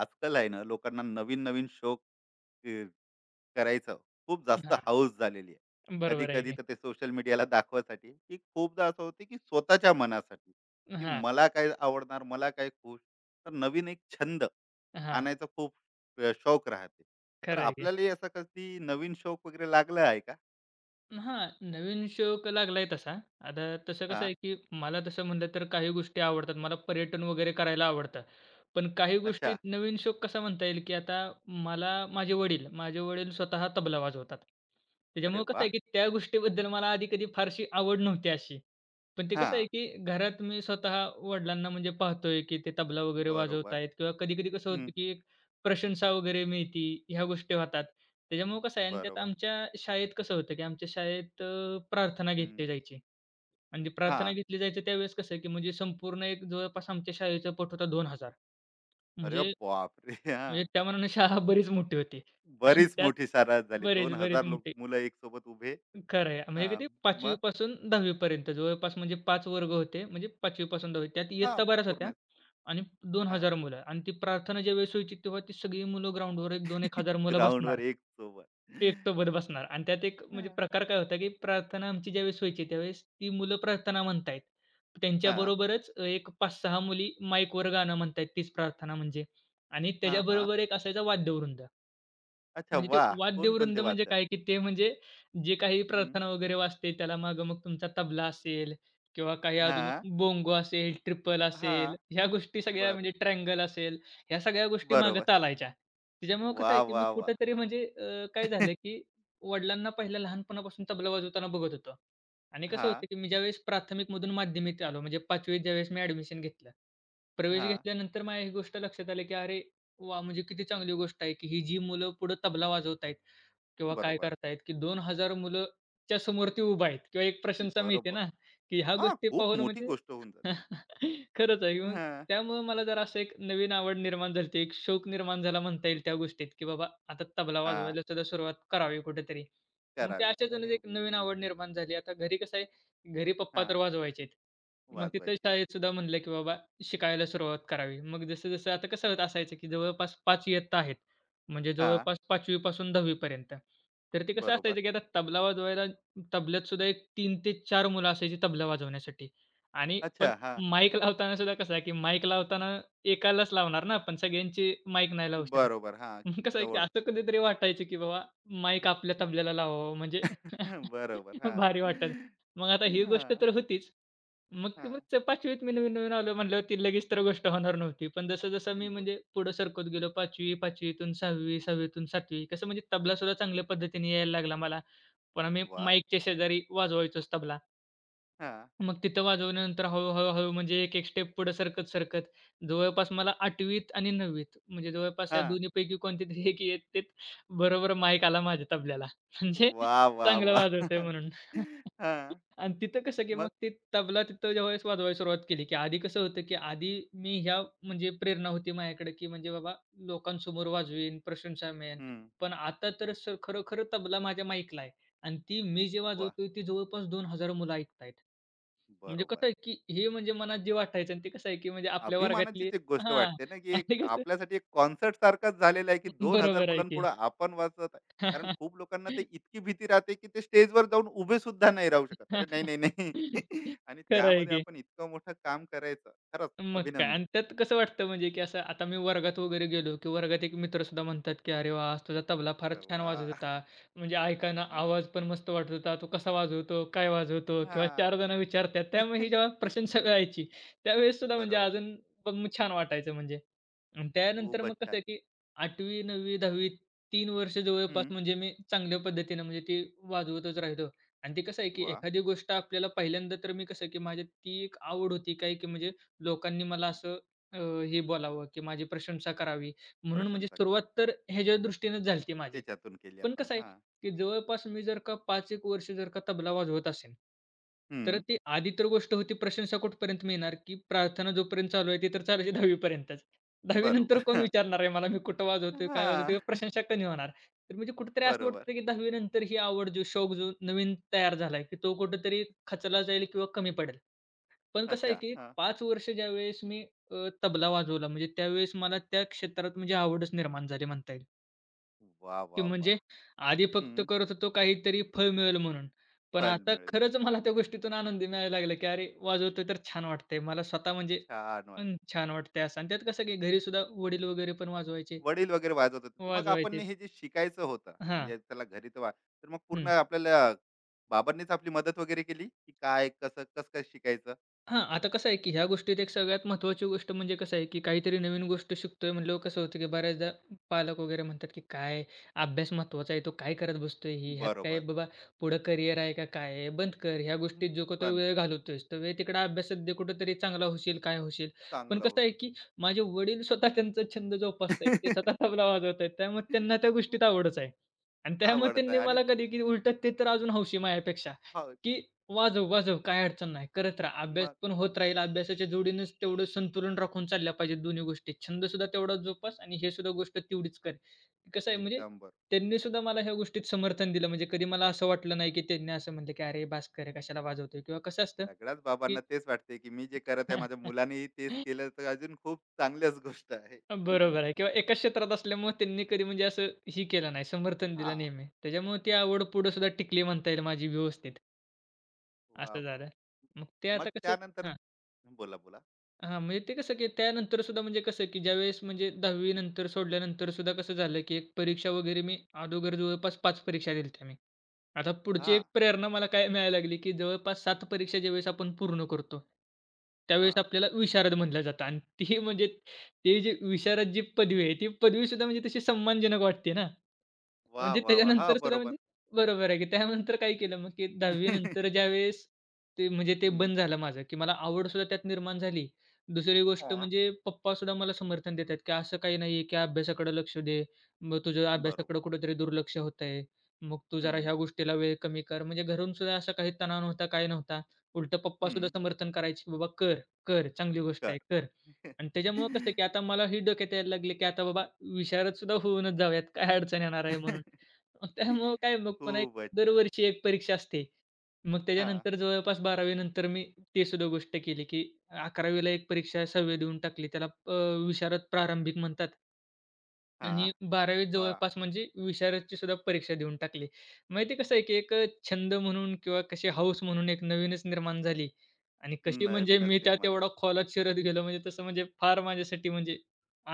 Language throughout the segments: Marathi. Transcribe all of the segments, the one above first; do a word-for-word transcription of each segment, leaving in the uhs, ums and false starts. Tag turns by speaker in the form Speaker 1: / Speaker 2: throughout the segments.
Speaker 1: आजकाल आहे ना लोकांना नवीन नवीन शोक अ, करायचं खूप जास्त
Speaker 2: हां,
Speaker 1: हाऊस झालेली आहे. कधी
Speaker 2: बरोबर आहे
Speaker 1: कधी
Speaker 2: की.
Speaker 1: तर ते सोशल मीडियाला दाखवासाठी की खूपदा असं होते की स्वतःच्या मनासाठी की
Speaker 2: हां,
Speaker 1: मला काय आवडणार मला काय खुश. तर नवीन एक छंद
Speaker 2: हां.
Speaker 1: आणायचा खूप अ, शौक राहते. तर
Speaker 2: खरं आहे की.
Speaker 1: आपल्यालाही असा कधी नवीन शौक वगैरे लागला आहे का?
Speaker 2: हां, नवीन शौक लागलाय तसा. आता तसं
Speaker 1: हा.
Speaker 2: कसं आहे, की मला तसं म्हणलं तर काही गोष्टी आवडतात. मला पर्यटन वगैरे करायला आवडतं. पण काही गोष्टी
Speaker 1: अच्छा.
Speaker 2: नवीन शौक कसा म्हणता येईल, की आता मला माझे वडील माझे वडील स्वतः तबला वाजवतात.
Speaker 1: अरे
Speaker 2: त्याच्यामुळे कसं
Speaker 1: वा.
Speaker 2: आहे, की त्या गोष्टीबद्दल मला आधी कधी फारशी आवड नव्हती अशी. पण ते
Speaker 1: हा.
Speaker 2: कसं आहे, की घरात मी स्वतः वडिलांना म्हणजे पाहतोय, की ते तबला वगैरे
Speaker 1: बरोबर.
Speaker 2: वाजवतायत किंवा कधी-कधी कसं होतं,
Speaker 1: हम्म,
Speaker 2: की एक प्रशंसा वगैरे मिळती ह्या गोष्टी होतात. त्याच्यामुळं कसं आहे आणि त्यात
Speaker 1: बरोबर.
Speaker 2: आमच्या शाळेत कसं होतं, की आमच्या शाळेत अ, प्रार्थना
Speaker 1: हम्म,
Speaker 2: घेतली जायची आणि ती
Speaker 1: हा.
Speaker 2: प्रार्थना घेतली जायची त्यावेळेस कसं आहे, की म्हणजे संपूर्ण एक जवळपास आमच्या शाळेचं पट होता दोन हजार.
Speaker 1: अरे
Speaker 2: म्हणजे
Speaker 1: बापरे, हा.
Speaker 2: म्हणजे त्या मानाने शाळा बरीच मोठी होती आणि
Speaker 1: बरीच
Speaker 2: त्यात
Speaker 1: मोठी सारास झाली.
Speaker 2: बरेच, बरेच
Speaker 1: दोन हजार लोक
Speaker 2: मोठी.
Speaker 1: मुलं एकसोबत उभे.
Speaker 2: खरं आहे. म्हणजे
Speaker 1: हां,
Speaker 2: किती पाचवी
Speaker 1: मग.
Speaker 2: पासून दहावी पर्यंत जवळपास म्हणजे पाच वर्ग होते. म्हणजे पाचवी पासून 10वी त्यात
Speaker 1: हां,
Speaker 2: इयत्ता बऱ्याच होत्या
Speaker 1: पूर्णच.
Speaker 2: आणि
Speaker 1: हां.
Speaker 2: दोन हजार मुलं आणि ती प्रार्थना ज्यावेळेस व्हायची तेव्हा ती सगळी मुलं ग्राउंडवर एक दोन हजार मुलं बसणार.
Speaker 1: ग्राउंडवर एक सोबत.
Speaker 2: एकसोबत बसणार आणि त्यात एक म्हणजे
Speaker 1: हां,
Speaker 2: प्रकार काय होता, की प्रार्थना आमची ज्यावेळेस व्हायची त्यावेळेस ती मुलं प्रार्थना म्हणतायत.
Speaker 1: हां,
Speaker 2: त्यांच्याबरोबरच अ, एक पाच सहा मुली माईकवर गाणं म्हणतायत तीच प्रार्थना म्हणजे. आणि
Speaker 1: हां, हां.
Speaker 2: त्याच्याबरोबर एक असायचा वाद्यवृंद.
Speaker 1: अच्छा,
Speaker 2: म्हणजे ते
Speaker 1: वाह! कोणकोणते
Speaker 2: वाद्यवृंद म्हणजे
Speaker 1: वाद्य?
Speaker 2: काय, की ते म्हणजे जे काही
Speaker 1: हं.
Speaker 2: प्रार्थना वगैरे वाजते त्याला मागं मग तुमचा तबला असेल किंवा काही अजून
Speaker 1: हां,
Speaker 2: बोंगो असेल, ट्रिपल असेल,
Speaker 1: हां.
Speaker 2: ह्या गोष्टी सगळ्या
Speaker 1: बरं.
Speaker 2: म्हणजे ट्रँगल असेल, ह्या सगळ्या गोष्टी मागे
Speaker 1: बरोबर.
Speaker 2: चालायच्या. त्याच्यामुळं कसं
Speaker 1: वाह,
Speaker 2: आहे, की मी
Speaker 1: वाह, वाह!
Speaker 2: कुठेतरी म्हणजे अ, काय झालं, की वडिलांना पहिल्या लहानपणापासून तबला वाजवताना बघत होतो. आणि कसं
Speaker 1: हां,
Speaker 2: होतं, की मी ज्यावेळेस प्राथमिकमधून माध्यमिक आलो म्हणजे पाचवीत ज्यावेळेस मी ॲडमिशन घेतलं. प्रवेश
Speaker 1: हां.
Speaker 2: घेतल्यानंतर मला ही गोष्ट लक्षात आली, की अरे वा म्हणजे किती चांगली गोष्ट आहे, की ही जी मुलं पुढे तबला वाजवत आहेत किंवा काय
Speaker 1: बरोबर,
Speaker 2: करतायत, की दोन हजार मुलं च्या समोर ती उभा आहेत किंवा एक प्रशंसा मिळते
Speaker 1: बरोबर.
Speaker 2: ना, की ह्या
Speaker 1: हां,
Speaker 2: गोष्टी
Speaker 1: खूप
Speaker 2: पाहून
Speaker 1: मोठी
Speaker 2: म्हणजे
Speaker 1: गोष्ट होऊन जाते.
Speaker 2: खरंच आहे. मग
Speaker 1: हां,
Speaker 2: त्यामुळं मला जरा असं एक नवीन आवड निर्माण झाली होती. एक शौक निर्माण झाला म्हणता येईल त्या गोष्टीत, की बाबा आता तबला
Speaker 1: हां.
Speaker 2: वाजवायला सुद्धा सुरुवात करावी कुठेतरी. मग ते
Speaker 1: करावीच,
Speaker 2: अशातूनच
Speaker 1: आणि
Speaker 2: एक नवीन आवड निर्माण झाली. आता घरी कसं आहे, घरी पप्पा तर
Speaker 1: हां,
Speaker 2: वाजवायचेत. मग तिथं
Speaker 1: वाजवायचेच.
Speaker 2: शाळेत सुद्धा म्हणलं, की बाबा शिकायला सुरुवात करावी. मग जसं-जसं आता कसं होत असायचं, की जवळपास पाच इयत्ता आहेत. म्हणजे
Speaker 1: हां,
Speaker 2: जवळपास पाचवी पासून 10वी पर्यंत. तर ते कसं
Speaker 1: बरोबर.
Speaker 2: असायचं, की आता तबला वाजवायला तबल्यात सुद्धा एक तीन ते चार मुलं असायची तबला वाजवण्यासाठी आणि पण
Speaker 1: अच्छा, हां.
Speaker 2: माईक लावताना सुद्धा कसं आहे, की माईक लावताना एकालाच लावणार ना आपण, सगळ्यांची माईक नाही लावू शकत.
Speaker 1: बरोबर. हां,
Speaker 2: मग कसं आहे, की
Speaker 1: जवळ.
Speaker 2: असं कधीतरी वाटायचं, की बाबा माईक आपल्या तबल्याला लावावा म्हणजे
Speaker 1: हं, बरोबर.
Speaker 2: भारी वाटेल.
Speaker 1: हां.
Speaker 2: मग आता ही गोष्ट
Speaker 1: हां,
Speaker 2: तर होतीच. मग ती
Speaker 1: हां.
Speaker 2: मग पाचवी त मी नवीन-नवीन आलो म्हटल्यावर ती लगेच तर गोष्ट होणार नव्हती. पण जसं-जसं मी
Speaker 1: ब.
Speaker 2: म्हणजे पुढे सरकत गेलो पाचवी, पाचवी तून सहावी, सहावी कसं म्हणजे तबला सुद्धा चांगल्या पद्धतीने यायला लागला मला. पण मी
Speaker 1: वाह!
Speaker 2: माईकच्या शेजारी वाजवायचोच तबला.
Speaker 1: हां,
Speaker 2: मग तिथं वाजवल्यानंतर हळू, हळू, हळू म्हणजे एक-एक स्टेप पुढे सरकत-सरकत जवळपास मला आठवीत आणि नववीत म्हणजे जवळपास या
Speaker 1: हां.
Speaker 2: दोन्हीपैकी कोणतीतरी एक इयत्तेत बरोबर माईक आला माझ्या तबल्याला. म्हणजे
Speaker 1: वाह, वाह,
Speaker 2: चांगलं
Speaker 1: वाह!
Speaker 2: वाजवतोय म्हणून.
Speaker 1: हां,
Speaker 2: आणि तिथं कसं की मग
Speaker 1: मग?
Speaker 2: ते तबला तिथं ज्यावेळेस वाजवायला सुरुवात केली, की आधी कसं होतं की आधी मी ह्या म्हणजे प्रेरणा होती माझ्याकडे, की म्हणजे बाबा लोकांसमोर वाजवीन, प्रशंसा मिळेल.
Speaker 1: हं.
Speaker 2: पण आता तर सर खरोखर तबला माझ्या माईकला आणि ती मी जे
Speaker 1: वाह!
Speaker 2: वाजवतोय ती जवळपास दोन हजार मुलं ऐकतायत. म्हणजे
Speaker 1: बरोबर.
Speaker 2: कसं आहे, की हे म्हणजे मनात जे वाटायचं आणि ते कसं आहे, की म्हणजे आपल्या वर्गातली
Speaker 1: अभिमानाचीच एक गोष्ट
Speaker 2: हां.
Speaker 1: वाटते ना, की
Speaker 2: आणि
Speaker 1: एक
Speaker 2: ते कसं
Speaker 1: आपल्यासाठी एक कॉन्सर्ट सारखाच झालेला आहे, की दोन हजार
Speaker 2: बरोबर आहे की.
Speaker 1: मुलांपुढे आपण वाजत आहे. कारण खूप लोकांना ते इतकी भीती राहते, की ते स्टेजवर जाऊन उभे सुद्धा नाही राहू शकत. अरे नाही, नाही, नाही.
Speaker 2: खरं
Speaker 1: आणि
Speaker 2: आहे
Speaker 1: त्यामध्ये
Speaker 2: की.
Speaker 1: आपण इतकं मोठं काम करायचं. खरंच
Speaker 2: मग काय
Speaker 1: अभिनंदन.
Speaker 2: आणि त्यात कसं वाटतं म्हणजे, की असं आता मी वर्गात वगैरे गेलो, की वर्गात एक मित्रसुद्धा म्हणतात, की "अरे वाह! आज तुझा तबला फारच छान वाजत
Speaker 1: वाह!
Speaker 2: होता." म्हणजे ऐकायला आवाज पण मस्त वाटत होता. "तो कसा वाजवतो? काय वाजवतो?" किंवा
Speaker 1: हां,
Speaker 2: चार जण विचारतात. त्यामुळे ही जेव्हा प्रशंसा कळायची, त्यावेळेस सुद्धा म्हणजे
Speaker 1: बरोबर.
Speaker 2: अजून पण छान वाटायचं म्हणजे. आणि त्यानंतर मग
Speaker 1: खूपच छान.
Speaker 2: कसं, की आठवी, नववी, दहावी तीन वर्ष जवळपास
Speaker 1: हं.
Speaker 2: म्हणजे मी चांगल्या पद्धतीनं म्हणजे ती वाजवतच राहिलो. आणि ते कसं आहे, की
Speaker 1: वाह!
Speaker 2: एखादी गोष्ट आपल्याला पहिल्यांदा तर मी कसं, की माझी ती एक आवड होती काय, की म्हणजे लोकांनी मला असं अ, हे बोलावं की माझी प्रशंसा करावी म्हणून म्हणजे
Speaker 1: प्रशंसा
Speaker 2: सुरुवात तर ह्याच्या दृष्टीनेच झाली होती माझी.
Speaker 1: त्याच्यातून केली
Speaker 2: पण
Speaker 1: आपण.
Speaker 2: कसं आहे,
Speaker 1: हां.
Speaker 2: की जवळपास मी जर का पाच एक वर्ष जर का तबला वाजवत असेन, तर
Speaker 1: हं.
Speaker 2: ती आधी तर गोष्ट होती प्रशंसा कुठपर्यंत मिळणार, की प्रार्थना जोपर्यंत चालू आहे ती तर चालायची दहावी पर्यंतच. नंतर
Speaker 1: बरोबर.
Speaker 2: कोण विचारणार आहे मला मी कुठं वाजवतोय, काय वाजवतोय?
Speaker 1: हां.
Speaker 2: प्रशंसा कमी होणार. तर म्हणजे कुठेतरी असं
Speaker 1: बरोबर.
Speaker 2: वाटतं की दहावी नंतर ही आवड जो शौक जो नवीन तयार झालाय, की तो कुठेतरी खचला जाईल किंवा कमी पडेल. पण कसं आहे,
Speaker 1: अच्छा.
Speaker 2: की एक
Speaker 1: हां.
Speaker 2: पाच वर्ष ज्यावेळेस मी अ, तबला वाजवला म्हणजे त्यावेळेस मला त्या क्षेत्रात म्हणजे आवडच निर्माण झाली म्हणता येईल,
Speaker 1: वा,
Speaker 2: की
Speaker 1: वा,
Speaker 2: म्हणजे
Speaker 1: वाह!
Speaker 2: आधी फक्त
Speaker 1: हं.
Speaker 2: करत होतो काहीतरी फळ मिळेल म्हणून. पण
Speaker 1: फल
Speaker 2: आता
Speaker 1: मिळेल मला.
Speaker 2: खरंच मला त्या गोष्टीतून आनंद मिळायला लागला, की अरे वाजवतोय तर छान वाटतंय.
Speaker 1: खूप
Speaker 2: मला स्वतः म्हणजे
Speaker 1: छान, वाह!
Speaker 2: पण छान वाटतंय असं आणि त्यात कसं, की घरी सुद्धा वडील वगैरे पण वाजवायचे,
Speaker 1: वडील वगैरे वाजवत होते. तर मग आपण
Speaker 2: वाजवायचे.
Speaker 1: हे जे शिकायचं होतं,
Speaker 2: हां.
Speaker 1: म्हणजे त्याला घरी तर वा, तर मग पूर्ण आपल्याला बाबांनीच आपली मदत वगैरे केली, की काय, कसं, कसं काय शिकायचं?
Speaker 2: हां, आता कसं आहे, की ह्या गोष्टीत एक सगळ्यात महत्त्वाची गोष्ट म्हणजे कसं आहे, की काहीतरी नवीन गोष्ट शिकतोय म्हणल्यावर कसं होतं, की बऱ्याचदा पालक वगैरे म्हणतात, की "काय अभ्यास महत्त्वाचा आहे, तो काय करत बसतोय ही? ह्यात काय
Speaker 1: बरोबर.
Speaker 2: बाबा पुढं करिअर आहे का काय आहे? बंद कर. ह्या
Speaker 1: हं.
Speaker 2: गोष्टीत जो का तो
Speaker 1: बंद.
Speaker 2: वेळ घालवतोयस, तर वेळ तिकडे अभ्यासात दे, कुठेतरी चांगला होशील, काय होशील." पण
Speaker 1: चांगलं
Speaker 2: कसं
Speaker 1: होतं.
Speaker 2: आहे, की माझे वडील स्वतः त्यांचा छंद जोपासत ते स्वतः तबला वाजवत आहेत. त्यामुळे त्यांना त्या गोष्टीत आवडच आहे. आणि त्यामुळे
Speaker 1: आवडत आहे,
Speaker 2: त्यांनी
Speaker 1: आणि
Speaker 2: मला कधी, की उलटं ते तर अजून हौशी माझ्यापेक्षा.
Speaker 1: हो.
Speaker 2: की वाजव, वाजव काही अडचण नाही. करत राहा. अभ्यास
Speaker 1: मग?
Speaker 2: पण होत राहील. अभ्यासाच्या जोडीनेच तेवढं संतुलन राखून चालल्या पाहिजेत दोन्ही गोष्टी. छंदसुद्धा तेवढाच जोपास आणि हे सुद्धा गोष्ट तेवढीच कर. कसं आहे म्हणजे
Speaker 1: एकदम बरोबर.
Speaker 2: त्यांनी सुद्धा मला ह्या गोष्टीत समर्थन दिलं. म्हणजे कधी मला असं वाटलं नाही, की त्यांनी असं म्हटलं, की "अरे भास्कर आहे, कशाला वाजवतोय?" किंवा कसं असतं,
Speaker 1: सगळ्याच
Speaker 2: की
Speaker 1: बाबांना तेच वाटते, की मी जे करत आहे माझ्या मुलानेही तेच केलं तर अजून खूप चांगल्याच गोष्ट आहे.
Speaker 2: बरोबर आहे किंवा एकाच क्षेत्रात असल्यामुळे त्यांनी कधी म्हणजे असं हे केलं नाही, समर्थन दिलं
Speaker 1: हां.
Speaker 2: नेहमी. त्याच्यामुळे ती आवड पुढे सुद्धा टिकली म्हणता येईल माझी व्यवस्थित.
Speaker 1: वाह,
Speaker 2: असं
Speaker 1: वाह!
Speaker 2: झालं. मग ते
Speaker 1: मग
Speaker 2: आता कसं
Speaker 1: त्यानंतर बोला, बोला.
Speaker 2: हां, म्हणजे ते कसं, की त्यानंतर सुद्धा म्हणजे कसं, की ज्यावेळेस म्हणजे दहावी नंतर सोडल्यानंतर सुद्धा कसं झालं, की एक परीक्षा वगैरे मी अगोदर जवळपास पाच परीक्षा दिल्या होत्या मी. आता पुढची एक
Speaker 1: हां,
Speaker 2: प्रेरणा मला काय मिळायला लागली, की जवळपास सात परीक्षा ज्यावेळेस आपण पूर्ण करतो, त्यावेळेस
Speaker 1: हां.
Speaker 2: आपल्याला विशारद म्हटलं जातं आणि ती म्हणजे ते जे विशारद जी पदवी आहे, ती पदवीसुद्धा म्हणजे तशी सन्मानजनक वाटते ना.
Speaker 1: वाह,
Speaker 2: म्हणजे
Speaker 1: वाह, वाह! हां,
Speaker 2: त्याच्यानंतर सुद्धा
Speaker 1: बरोबर.
Speaker 2: म्हणजे बरोबर आहे, की त्यानंतर काय केलं मग, की दहावी नंतर ज्यावेळेस ते म्हणजे ते
Speaker 1: हं.
Speaker 2: बंद झालं माझं, की मला आवडसुद्धा त्यात निर्माण झाली. दुसरी गोष्ट
Speaker 1: हां.
Speaker 2: म्हणजे पप्पासुद्धा मला समर्थन देतात, की असं काही नाहीये, की अभ्यासाकडे लक्ष दे. मग तुझं
Speaker 1: बरोबर.
Speaker 2: अभ्यासाकडे कुठेतरी दुर्लक्ष होतंय. मग तू
Speaker 1: हं,
Speaker 2: जरा ह्या गोष्टीला वेळ कमी कर. म्हणजे घरून सुद्धा असा काही तणाव नव्हता, काय नव्हता. उलटं पप्पा सुद्धा
Speaker 1: हं.
Speaker 2: समर्थन करायचे, की "बाबा कर, कर. चांगली गोष्ट
Speaker 1: कर.
Speaker 2: आहे, कर." आणि त्याच्यामुळं कसं, की आता मला ही डोक्यात यायला लागले, की आता बाबा विशारद सुद्धा होऊनच जाऊयात. काय अडचण येणार आहे म्हणून. मग त्यामुळं काय मग पुन्हा एक
Speaker 1: खूपच छान.
Speaker 2: दरवर्षी एक परीक्षा असते. मग
Speaker 1: हां,
Speaker 2: त्याच्यानंतर जवळपास बारावी नंतर मी ते सुद्धा गोष्ट केली, की अकरावी एक परीक्षा सहावी देऊन टाकली. त्याला अ, विशारद प्रारंभिक म्हणतात. आणि
Speaker 1: हां.
Speaker 2: बारावी
Speaker 1: वाह!
Speaker 2: जवळपास म्हणजे विशारदची सुद्धा परीक्षा देऊन टाकली. मग ते कसं आहे, की एक अ, छंद म्हणून किंवा कशी हौस म्हणून एक नवीनच निर्माण झाली आणि कशी म्हणजे
Speaker 1: नवीनच
Speaker 2: मी त्यात
Speaker 1: निर्माण.
Speaker 2: एवढा खोलात शिरत गेलो म्हणजे तसं म्हणजे फार माझ्यासाठी म्हणजे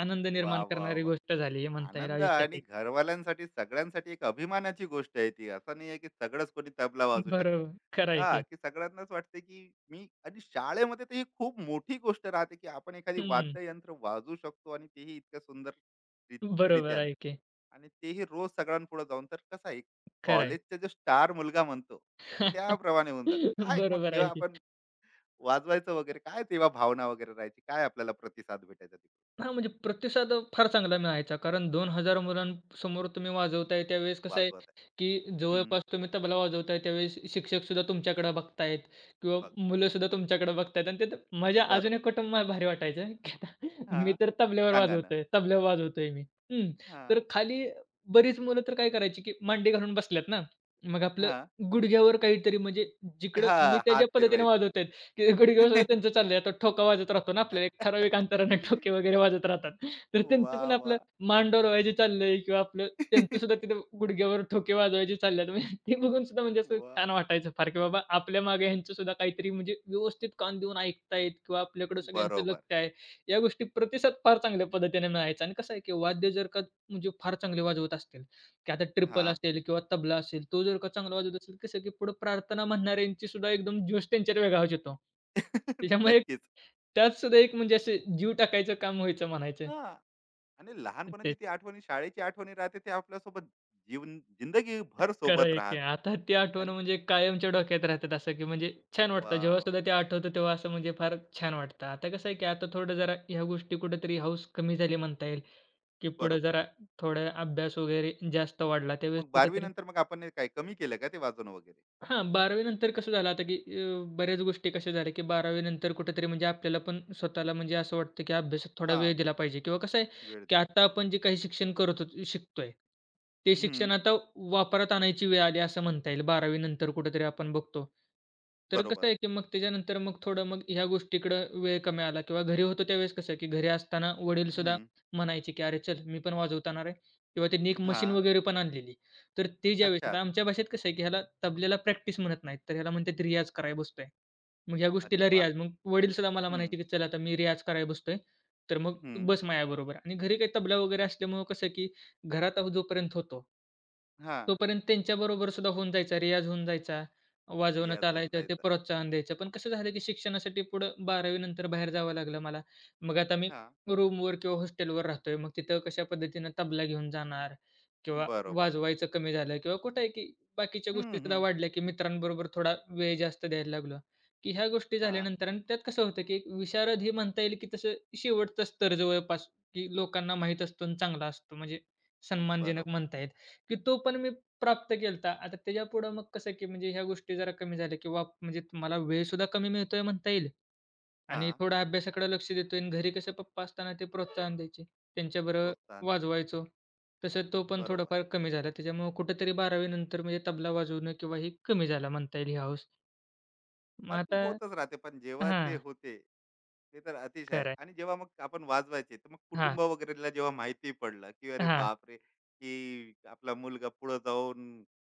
Speaker 2: आनंद
Speaker 1: वाह,
Speaker 2: निर्माण
Speaker 1: वाह,
Speaker 2: करणारी
Speaker 1: वाह!
Speaker 2: गोष्ट झाली हे म्हणता येईल
Speaker 1: आनंद
Speaker 2: आयुष्यात
Speaker 1: आणि
Speaker 2: एक.
Speaker 1: घरवाल्यांसाठी सगळ्यांसाठी एक अभिमानाची गोष्ट आहे ती. असं नाही आहे की सगळंच कोणी तबला वाजवू शकतं.
Speaker 2: बरोबर. खरं आहे
Speaker 1: हां,
Speaker 2: की.
Speaker 1: की सगळ्यांनाच वाटते की मी, आणि शाळेमध्ये तर ही खूप मोठी गोष्ट राहते की आपण एखादी
Speaker 2: हं.
Speaker 1: वाद्ययंत्र वाजवू शकतो आणि तेही इतक्या सुंदर री
Speaker 2: बरोबर
Speaker 1: रित्याने,
Speaker 2: आहे की.
Speaker 1: आणि तेही रोज सगळ्यांपुढे जाऊन. तर कसं आहे,
Speaker 2: खरं आहे.
Speaker 1: कॉलेजचा जो स्टार मुलगा म्हणतो, त्याप्रमाणे होऊन जातं. काय मग
Speaker 2: बरोबर आहे
Speaker 1: जेव्हा
Speaker 2: की.
Speaker 1: आपण वाजवायचं वगैरे काय तेव्हा भावना वगैरे राहायची? काय आपल्याला प्रतिसाद भेटायचा तिकडून?
Speaker 2: हां, म्हणजे प्रतिसाद अ, फार चांगला मिळायचा. कारण दोन हजार मुलांसमोर तुम्ही वाजवताय त्यावेळेस कसं आहे,
Speaker 1: वाजवत आहे?
Speaker 2: की
Speaker 1: हं,
Speaker 2: जवळपास तुम्ही तबला वाजवताय त्यावेळेस शिक्षकसुद्धा तुमच्याकडे बघतायत किंवा
Speaker 1: बघताय.
Speaker 2: मुलंसुद्धा तुमच्याकडे बघतायत आणि त्यात मजा
Speaker 1: बरं.
Speaker 2: अजून एक कुटुंब मला भारी वाटायचं की आता मी
Speaker 1: हां.
Speaker 2: तर तबल्यावर
Speaker 1: सांगा ना.
Speaker 2: वाजवतोय, तबल्यावर वाजवतोय मी. हं. तर
Speaker 1: हां,
Speaker 2: खाली बरीच मुलं तर काय करायची, की मांडी घालून बसल्यात ना, मग आपलं
Speaker 1: हां.
Speaker 2: गुडघ्यावर काहीतरी म्हणजे जिकडं मी
Speaker 1: हां,
Speaker 2: त्या ज्या
Speaker 1: हात
Speaker 2: पद्धतीने
Speaker 1: फिरवायचं.
Speaker 2: वाजवतोय घडी घोष त्यांचं चाललंय. आता ठोका वाजत राहतो ना आपल्याला एक ठराविक अंतराने ठोके वगैरे वाजत राहतात. तर त्यांचं
Speaker 1: वाह!
Speaker 2: पण आपलं
Speaker 1: वाह!
Speaker 2: मान डोलवायचे चाललंय किंवा आपलं त्यांचं सुद्धा तिथे गुडघ्यावर ठोके वाजवायचे चाललेत. म्हणजे ते बघून सुद्धा म्हणजे असं
Speaker 1: वाह!
Speaker 2: छान वाटायचं फार, की बाबा आपल्या मागे ह्यांचं सुद्धा काहीतरी म्हणजे व्यवस्थित कान देऊन ऐकतायत किंवा आपल्याकडे सगळ्यांचं
Speaker 1: बरोबर.
Speaker 2: लक्ष आहे. या गोष्टी प्रतिसाद फार चांगल्या पद्धतीने मिळायचा आणि कसं आहे, की वाद्य जर का म्हणजे फार चांगले वाजवत असतील, की आता ट्रिपल
Speaker 1: हां,
Speaker 2: असेल किंवा तबला असेल, तो जर का चांगला वाजवत असेल, कसं की पुढे प्रार्थना म्हणणाऱ्यांची सुद्धा एकदम जोश त्यांच्यात वेगळाच येतो. त्याच्यामुळे
Speaker 1: नक्कीच.
Speaker 2: त्यात सुद्धा एक म्हणजे असे जीव टाकायचं काम व्हायचं म्हणायचं.
Speaker 1: हां. आणि लहानपणाची
Speaker 2: तेच.
Speaker 1: ती आठवणी, शाळेची आठवणी राहते ते आपल्यासोबत जीवन जिंदगीभर
Speaker 2: खरं
Speaker 1: सोबत
Speaker 2: आहे की.
Speaker 1: राहते.
Speaker 2: आता ती आठवण
Speaker 1: आणि
Speaker 2: म्हणजे कायमच्या डोक्यात राहतात असं की म्हणजे छान वाटतं. जेव्हा
Speaker 1: वॉव!
Speaker 2: सुद्धा ते आठवतं तेव्हा असं म्हणजे फार छान वाटतं. आता कसं आहे की आता थोडं जरा ह्या गोष्टी कुठेतरी हौस कमी झाली म्हणता येईल, की पुढे
Speaker 1: बरोबर.
Speaker 2: जरा थोडा अभ्यास वगैरे जास्त वाढला.
Speaker 1: तर
Speaker 2: त्यावेळेस
Speaker 1: मग बारावी
Speaker 2: कुठेतरी
Speaker 1: नंतर मग आपण हे काय कमी केलं का ते वाजवणं वगैरे?
Speaker 2: हां, 12वी नंतर कसं झालं आता, की अ, बऱ्याच गोष्टी कशा झाल्या, की 12वी नंतर कुठेतरी म्हणजे आपल्याला पण स्वतःला म्हणजे असं वाटतं, की अभ्यासात थोडा
Speaker 1: हां,
Speaker 2: वेळ दिला पाहिजे किंवा कसं आहे,
Speaker 1: वेळ
Speaker 2: की
Speaker 1: दिला.
Speaker 2: आता आपण जे काही शिक्षण करत होतो शिकतोय, ते शिक्षण
Speaker 1: हं,
Speaker 2: आता वापरात आणायची वेळ आली असं म्हणता येईल. 12वी नंतर कुठेतरी आपण बघतो. तर
Speaker 1: बरोबर.
Speaker 2: कसं आहे, की मग त्याच्यानंतर मग थोडं मग ह्या गोष्टीकडं वेळ कमी आला किंवा घरी होतो त्यावेळेस कसं आहे, की घरी असताना
Speaker 1: हं,
Speaker 2: वडीलसुद्धा म्हणायचे, की "अरे चल, मी पण वाजवताना रे" किंवा त्यांनी एक मशीन
Speaker 1: हां.
Speaker 2: वगैरे पण आणलेली. तर ते ज्यावेळेस
Speaker 1: अच्छा.
Speaker 2: आता आमच्या भाषेत कसं आहे, की ह्याला तबल्याला प्रॅक्टिस म्हणत नाहीत, तर ह्याला म्हणतात रियाज करायला बसतोय. मग ह्या
Speaker 1: अरे
Speaker 2: गोष्टीला
Speaker 1: वाह!
Speaker 2: रियाज. मग वडील सुद्धा मला
Speaker 1: हं,
Speaker 2: म्हणायचे, की "चल आता मी रियाज करायला बसतोय, तर मग
Speaker 1: हं.
Speaker 2: बस माझ्याबरोबर." आणि घरी काही तबला वगैरे असल्यामुळं कसं, की घरात अहो जोपर्यंत होतो,
Speaker 1: हां.
Speaker 2: तोपर्यंत त्यांच्याबरोबर सुद्धा होऊन जायचा, रियाज होऊन जायचा, वाजवणं
Speaker 1: रियाज होऊन
Speaker 2: चालायचं, ते
Speaker 1: जायचा.
Speaker 2: प्रोत्साहन द्यायचं. पण कसं झालं, की शिक्षणासाठी पुढं 12वी नंतर बाहेर जावं लागलं मला. मग आता मी
Speaker 1: हां,
Speaker 2: रूमवर किंवा हॉस्टेलवर राहतोय, मग तिथं कशा पद्धतीनं तबला घेऊन जाणार? किंवा
Speaker 1: बरोबर आहे.
Speaker 2: वाजवायचं कमी झालं किंवा कुठं आहे की बाकीच्या
Speaker 1: हं,
Speaker 2: गोष्टीसुद्धा
Speaker 1: हं.
Speaker 2: वाढल्या, की मित्रांबरोबर थोडा वेळ जास्त द्यायला लागलो, की ह्या गोष्टी
Speaker 1: हां,
Speaker 2: झाल्यानंतर आणि त्यात कसं होतं, की एक विशारद हे म्हणता येईल, की तसं शेवटचं स्तर जवळपास, की लोकांना माहीत असतो आणि चांगला असतो म्हणजे सन्मानजनक
Speaker 1: बरोबर.
Speaker 2: म्हणता येईल, की तो पण मी प्राप्त केलता. आता त्याच्यापुढं मग कसं, की म्हणजे ह्या गोष्टी जरा कमी झाल्या, की म्हणजे मला वेळसुद्धा कमी मिळतोय म्हणता येईल आणि
Speaker 1: हां,
Speaker 2: थोडं अभ्यासाकडे लक्ष देतोय आणि घरी कसं पप्पा असताना ते प्रोत्साहन द्यायचे. त्यांच्याबरोबर
Speaker 1: प्रोत्साहन द्यायचं.
Speaker 2: वाजवायचो. तसं तो पण
Speaker 1: बरोबर.
Speaker 2: थोडाफार कमी झाला. त्याच्यामुळं कुठेतरी 12वी नंतर म्हणजे तबला वाजवणं किंवा हे कमी झाला म्हणता येईल ही हौस. मग
Speaker 1: हां, ते
Speaker 2: आता
Speaker 1: होतच राहते. पण जेव्हा ते
Speaker 2: हां,
Speaker 1: होते, ते तर अतिशय आहे.
Speaker 2: खरं
Speaker 1: आणि
Speaker 2: आहे.
Speaker 1: जेव्हा मग आपण वाजवायचे, तर मग
Speaker 2: हां,
Speaker 1: कुटुंब वगैरेला जेव्हा माहिती पडलं, की अरे
Speaker 2: हां.
Speaker 1: बापरे! की आपला मुलगा पुढे जाऊन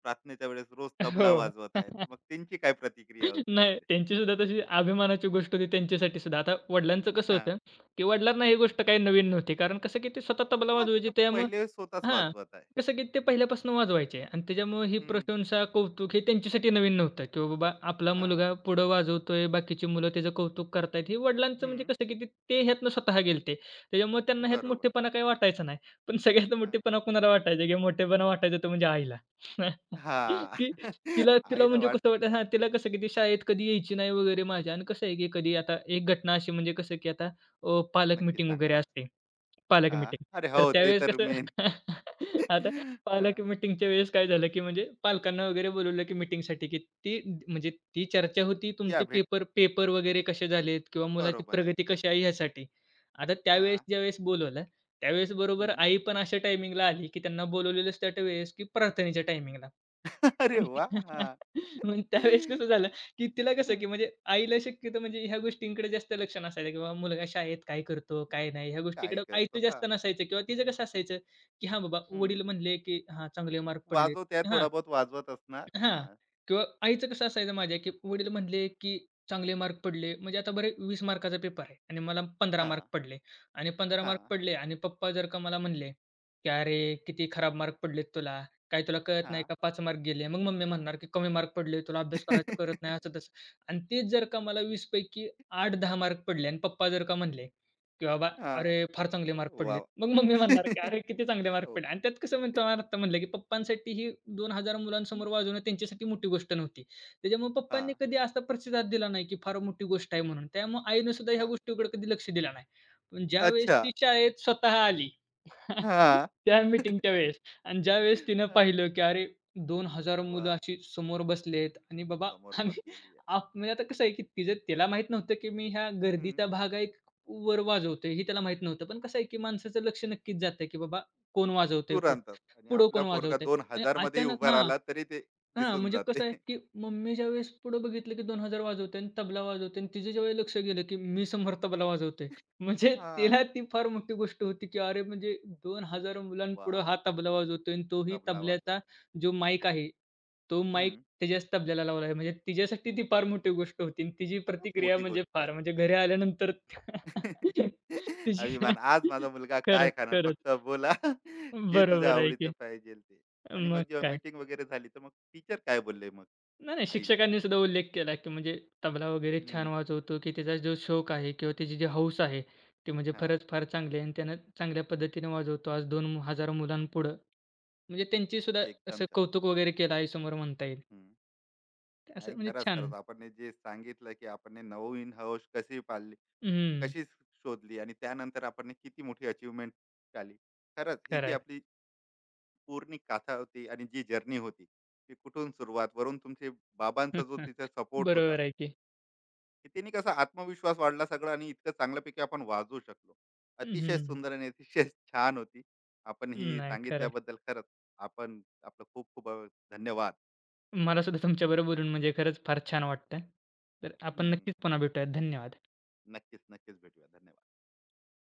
Speaker 1: प्रार्थनेच्या वेळेस रोज तबला
Speaker 2: हो.
Speaker 1: वाजवत आहे. मग त्यांची काय प्रतिक्रिया होती
Speaker 2: नाही,
Speaker 1: त्यावेळेस?
Speaker 2: त्यांची सुद्धा तशी अभिमानाची गोष्ट होती त्यांच्यासाठी सुद्धा. आता वडिलांचं कसं
Speaker 1: हां.
Speaker 2: होतं, की वडिलांना ही गोष्ट काही नवीन नव्हती. कारण कसं, की ते स्वतः तबला
Speaker 1: हां, ते
Speaker 2: वाजवायचे
Speaker 1: तर
Speaker 2: त्यामुळं
Speaker 1: पहिले स्वतःच
Speaker 2: हां,
Speaker 1: वाजवत आहे.
Speaker 2: कसं, की ते पहिल्यापासून वाजवायचे आणि त्याच्यामुळे ही
Speaker 1: हं.
Speaker 2: प्रशंसा, कौतुक हे त्यांच्यासाठी नवीन नव्हतं, की बाबा आपला
Speaker 1: हां.
Speaker 2: मुलगा पुढं वाजवतोय, बाकीची मुलं त्याचं कौतुक करतायत. हे वडिलांचं
Speaker 1: हं.
Speaker 2: म्हणजे कसं, की ते ते ह्यातनं स्वतः गेलते. त्याच्यामुळे त्यांना ह्यात
Speaker 1: बरोबर.
Speaker 2: मोठेपणा काही वाटायचा नाही. पण सगळ्यात
Speaker 1: हां.
Speaker 2: मोठेपणा कुणाला वाटायचा, की मोठेपणा वाटायचा तो म्हणजे आईला.
Speaker 1: हां.
Speaker 2: की तिला तिला
Speaker 1: आईला
Speaker 2: म्हणजे कसं वाटतं हां, तिला कसं की ती शाळेत कधी यायची नाही वगैरे माझ्या आणि कसं आहे की कधी आता एक घटना अशी म्हणजे कसं की आता अ, पालक
Speaker 1: नक्कीच
Speaker 2: मीटिंग
Speaker 1: सांगा
Speaker 2: वगैरे
Speaker 1: ना.
Speaker 2: असते. पालक
Speaker 1: हां.
Speaker 2: मीटिंग.
Speaker 1: अरे हो,
Speaker 2: तर
Speaker 1: ते
Speaker 2: त्यावेळेस
Speaker 1: तर
Speaker 2: कसं
Speaker 1: मेन.
Speaker 2: आता पालक मीटिंगच्या वेळेस काय झालं की म्हणजे पालकांना वगैरे बोलवलं की मीटिंगसाठी की ती म्हणजे ती चर्चा होती
Speaker 1: या
Speaker 2: तुमचे
Speaker 1: भेट.
Speaker 2: पेपर पेपर वगैरे कसे झालेत किंवा मुलाची
Speaker 1: बरोबर आहे
Speaker 2: प्रगती कशी
Speaker 1: त्यात.
Speaker 2: आहे ह्यासाठी. आता त्यावेळेस
Speaker 1: हां.
Speaker 2: ज्यावेळेस बोलवलं त्यावेळेस बरोबर
Speaker 1: हं.
Speaker 2: आई पण अशा टायमिंगला आली की त्यांना बोलवलेलंच त्या वेळेस की प्रार्थनेच्या टायमिंगला.
Speaker 1: अरे
Speaker 2: आणि
Speaker 1: वाह! हां.
Speaker 2: मग त्यावेळेस कसं झालं, की तिला कसं, की
Speaker 1: हं.
Speaker 2: म्हणजे आईला शक्यतो म्हणजे ह्या गोष्टींकडे जास्त लक्ष नसायचं, की मुलगा शाळेत काय करतो, काय नाही ह्या
Speaker 1: काय
Speaker 2: गोष्टीकडे
Speaker 1: करतो?
Speaker 2: आईचं
Speaker 1: हां.
Speaker 2: जास्त नसायचं किंवा तिचं कसं असायचं, की हां, बाबा
Speaker 1: हं.
Speaker 2: वडील म्हणले, की हां, चांगले मार्क पडलेत.
Speaker 1: वाजवत्या
Speaker 2: हां,
Speaker 1: थोडा बहुत वाजवत असणार.
Speaker 2: हां.
Speaker 1: हां,
Speaker 2: किंवा आईचं कसं असायचं माझ्या, की वडील म्हणले, की चांगले मार्क पडले. म्हणजे आता बरे वीस मार्काचा पेपर आहे आणि मला पंधरा मार्क
Speaker 1: हां,
Speaker 2: पडले आणि पंधरा मार्क
Speaker 1: हां,
Speaker 2: पडले आणि पप्पा जर का मला म्हणले, की "अरे, किती खराब मार्क पडलेत तुला. काय तुला कळत नाही
Speaker 1: हां.
Speaker 2: का पाच मार्क गेले." मग मम्मी म्हणणार, की "कमी मार्क पडले. तुला अभ्यास करायचा कळत नाही." असं तसं आणि तेच जर का मला वीस पैकी आठ ते दहा मार्क पडले आणि पप्पा जर का म्हणले की बाबा अरे
Speaker 1: हां.
Speaker 2: फार चांगले
Speaker 1: हो,
Speaker 2: मार्क पडलेत.
Speaker 1: वाह!
Speaker 2: मग मम्मी म्हणणार की "अरे किती चांगले मार्क
Speaker 1: हो.
Speaker 2: पडले" आणि त्यात कसं म्हणतो मला आत्ता म्हणलं की पप्पांसाठी ही दोन हजार मुलांसमोर वाजवणं त्यांच्यासाठी मोठी गोष्ट नव्हती. त्याच्यामुळे पप्पांनी
Speaker 1: हां,
Speaker 2: कधी असा प्रतिसाद दिला नाही की फार मोठी गोष्ट आहे म्हणून. त्यामुळे आईनं सुद्धा ह्या
Speaker 1: हां.
Speaker 2: गोष्टीकडे कधी लक्ष दिलं नाही. पण ज्यावेळेस
Speaker 1: अच्छा.
Speaker 2: ती शाळेत स्वतः आली
Speaker 1: हां.
Speaker 2: त्या मीटिंगच्या वेळेस आणि ज्यावेळेस तिनं
Speaker 1: अ,
Speaker 2: पाहिलं, की अरे दोन हजार मुलं
Speaker 1: वाह!
Speaker 2: अशी समोर बसलेत आणि बाबा
Speaker 1: समोर
Speaker 2: आम्ही
Speaker 1: बसलेली आहे.
Speaker 2: आप म्हणजे आता कसं आहे, की तिचं तिला माहीत नव्हतं, की मी ह्या
Speaker 1: हं.
Speaker 2: गर्दीचा भाग आहे, की वर वाजवतोय हे त्याला माहीत नव्हतं. पण कसं आहे, की माणसाचं लक्ष नक्कीच जातं, की बाबा कोण वाजवतंय पुढं,
Speaker 1: तुरंतच आणि
Speaker 2: पुढं
Speaker 1: आपला
Speaker 2: कोण
Speaker 1: पोरगा
Speaker 2: वाजवतंय. आणि
Speaker 1: दोन हजार मध्ये
Speaker 2: अचानक
Speaker 1: उभा
Speaker 2: हां.
Speaker 1: राहिला तरी ते
Speaker 2: हां,
Speaker 1: दिसून
Speaker 2: म्हणजे
Speaker 1: जाते.
Speaker 2: कसं आहे, की मम्मी ज्यावेळेस पुढं बघितलं, की दोन हजार वाजवते आणि तबला वाजवते आणि तिचं ज्यावेळेस लक्ष गेलं, की मी समोर तबला वाजवतोय. म्हणजे
Speaker 1: हां,
Speaker 2: तिला ती फार मोठी गोष्ट होती, की अरे म्हणजे दोन हजार मुलांपुढं
Speaker 1: वाह!
Speaker 2: हा तबला वाजवतोय आणि तोही
Speaker 1: तबला वाजवत
Speaker 2: तबल्याचा
Speaker 1: आहे.
Speaker 2: जो माईक आहे, तो
Speaker 1: हं,
Speaker 2: माईक त्याच्याच तबल्याला लावला आहे. म्हणजे तिच्यासाठी ती फार मोठी गोष्ट होती आणि तिची
Speaker 1: खरंच
Speaker 2: प्रतिक्रिया
Speaker 1: मोठी
Speaker 2: म्हणजे
Speaker 1: गोष्ट
Speaker 2: फार
Speaker 1: आहे.
Speaker 2: म्हणजे घरी आल्यानंतर तिची
Speaker 1: अभिमान, आज माझा मुलगा काय
Speaker 2: खरंच,
Speaker 1: खाणार फक्त
Speaker 2: खरंच.
Speaker 1: बोला. जे तुझ्या
Speaker 2: बरोबर आहे
Speaker 1: आवडीचं
Speaker 2: की.
Speaker 1: पाहिजेल ते. आणि मग
Speaker 2: मग
Speaker 1: जेव्हा
Speaker 2: काय.
Speaker 1: मीटिंग वगैरे झाली तर मग टीचर काय बोलले मग
Speaker 2: नाही, नाही.
Speaker 1: आईला?
Speaker 2: शिक्षकांनी सुद्धा उल्लेख केला, की म्हणजे तबला वगैरे छान
Speaker 1: हं,
Speaker 2: वाजवतो, की त्याचा जो शौक आहे किंवा त्याची जी हौस आहे, ती म्हणजे
Speaker 1: हां,
Speaker 2: फारच फार चांगली आहे आणि त्यानं चांगल्या पद्धतीने वाजवतो. आज दोन हजार मुलांपुढं म्हणजे त्यांची सुद्धा
Speaker 1: एकदम
Speaker 2: असं
Speaker 1: छान.
Speaker 2: कौतुक वगैरे केलं आईसमोर म्हणता येईल.
Speaker 1: हं. नाही,
Speaker 2: असं म्हणजे
Speaker 1: खरंच,
Speaker 2: छान.
Speaker 1: खरंच आपण हे जे सांगितलं की आपण हे नवीन हौस कशी पाळली,
Speaker 2: हं,
Speaker 1: कशी शोधली आणि त्यानंतर आपण हे किती मोठी अचीवमेंट आली. खरंच ही जी
Speaker 2: खरं
Speaker 1: आपली पूर्ण कथा होती आणि जी जर्नी होती ती कुठून सुरुवात वरून तुमचे बाबांचा जो तिचा सपोर्ट होता,
Speaker 2: बरोबर आहे की.
Speaker 1: की त्यांनी कसा आत्मविश्वास वाढला सगळं आणि इतकं चांगल्यापैकी आपण वाजवू शकलो. अतिशय
Speaker 2: हं.
Speaker 1: सुंदर आणि अतिशय छान होती. आपण ही
Speaker 2: नाही, खरं
Speaker 1: सांगितल्याबद्दल खरंच आपण आपलं खूप खूप धन्यवाद.
Speaker 2: मला सुद्धा तुमच्याबरोबर बोलून म्हणजे खरंच फार छान वाटतं. तर आपण
Speaker 1: हम्म,
Speaker 2: नक्कीच पुन्हा भेटूयात. धन्यवाद.
Speaker 1: नक्कीच, नक्कीच भेटूया. धन्यवाद.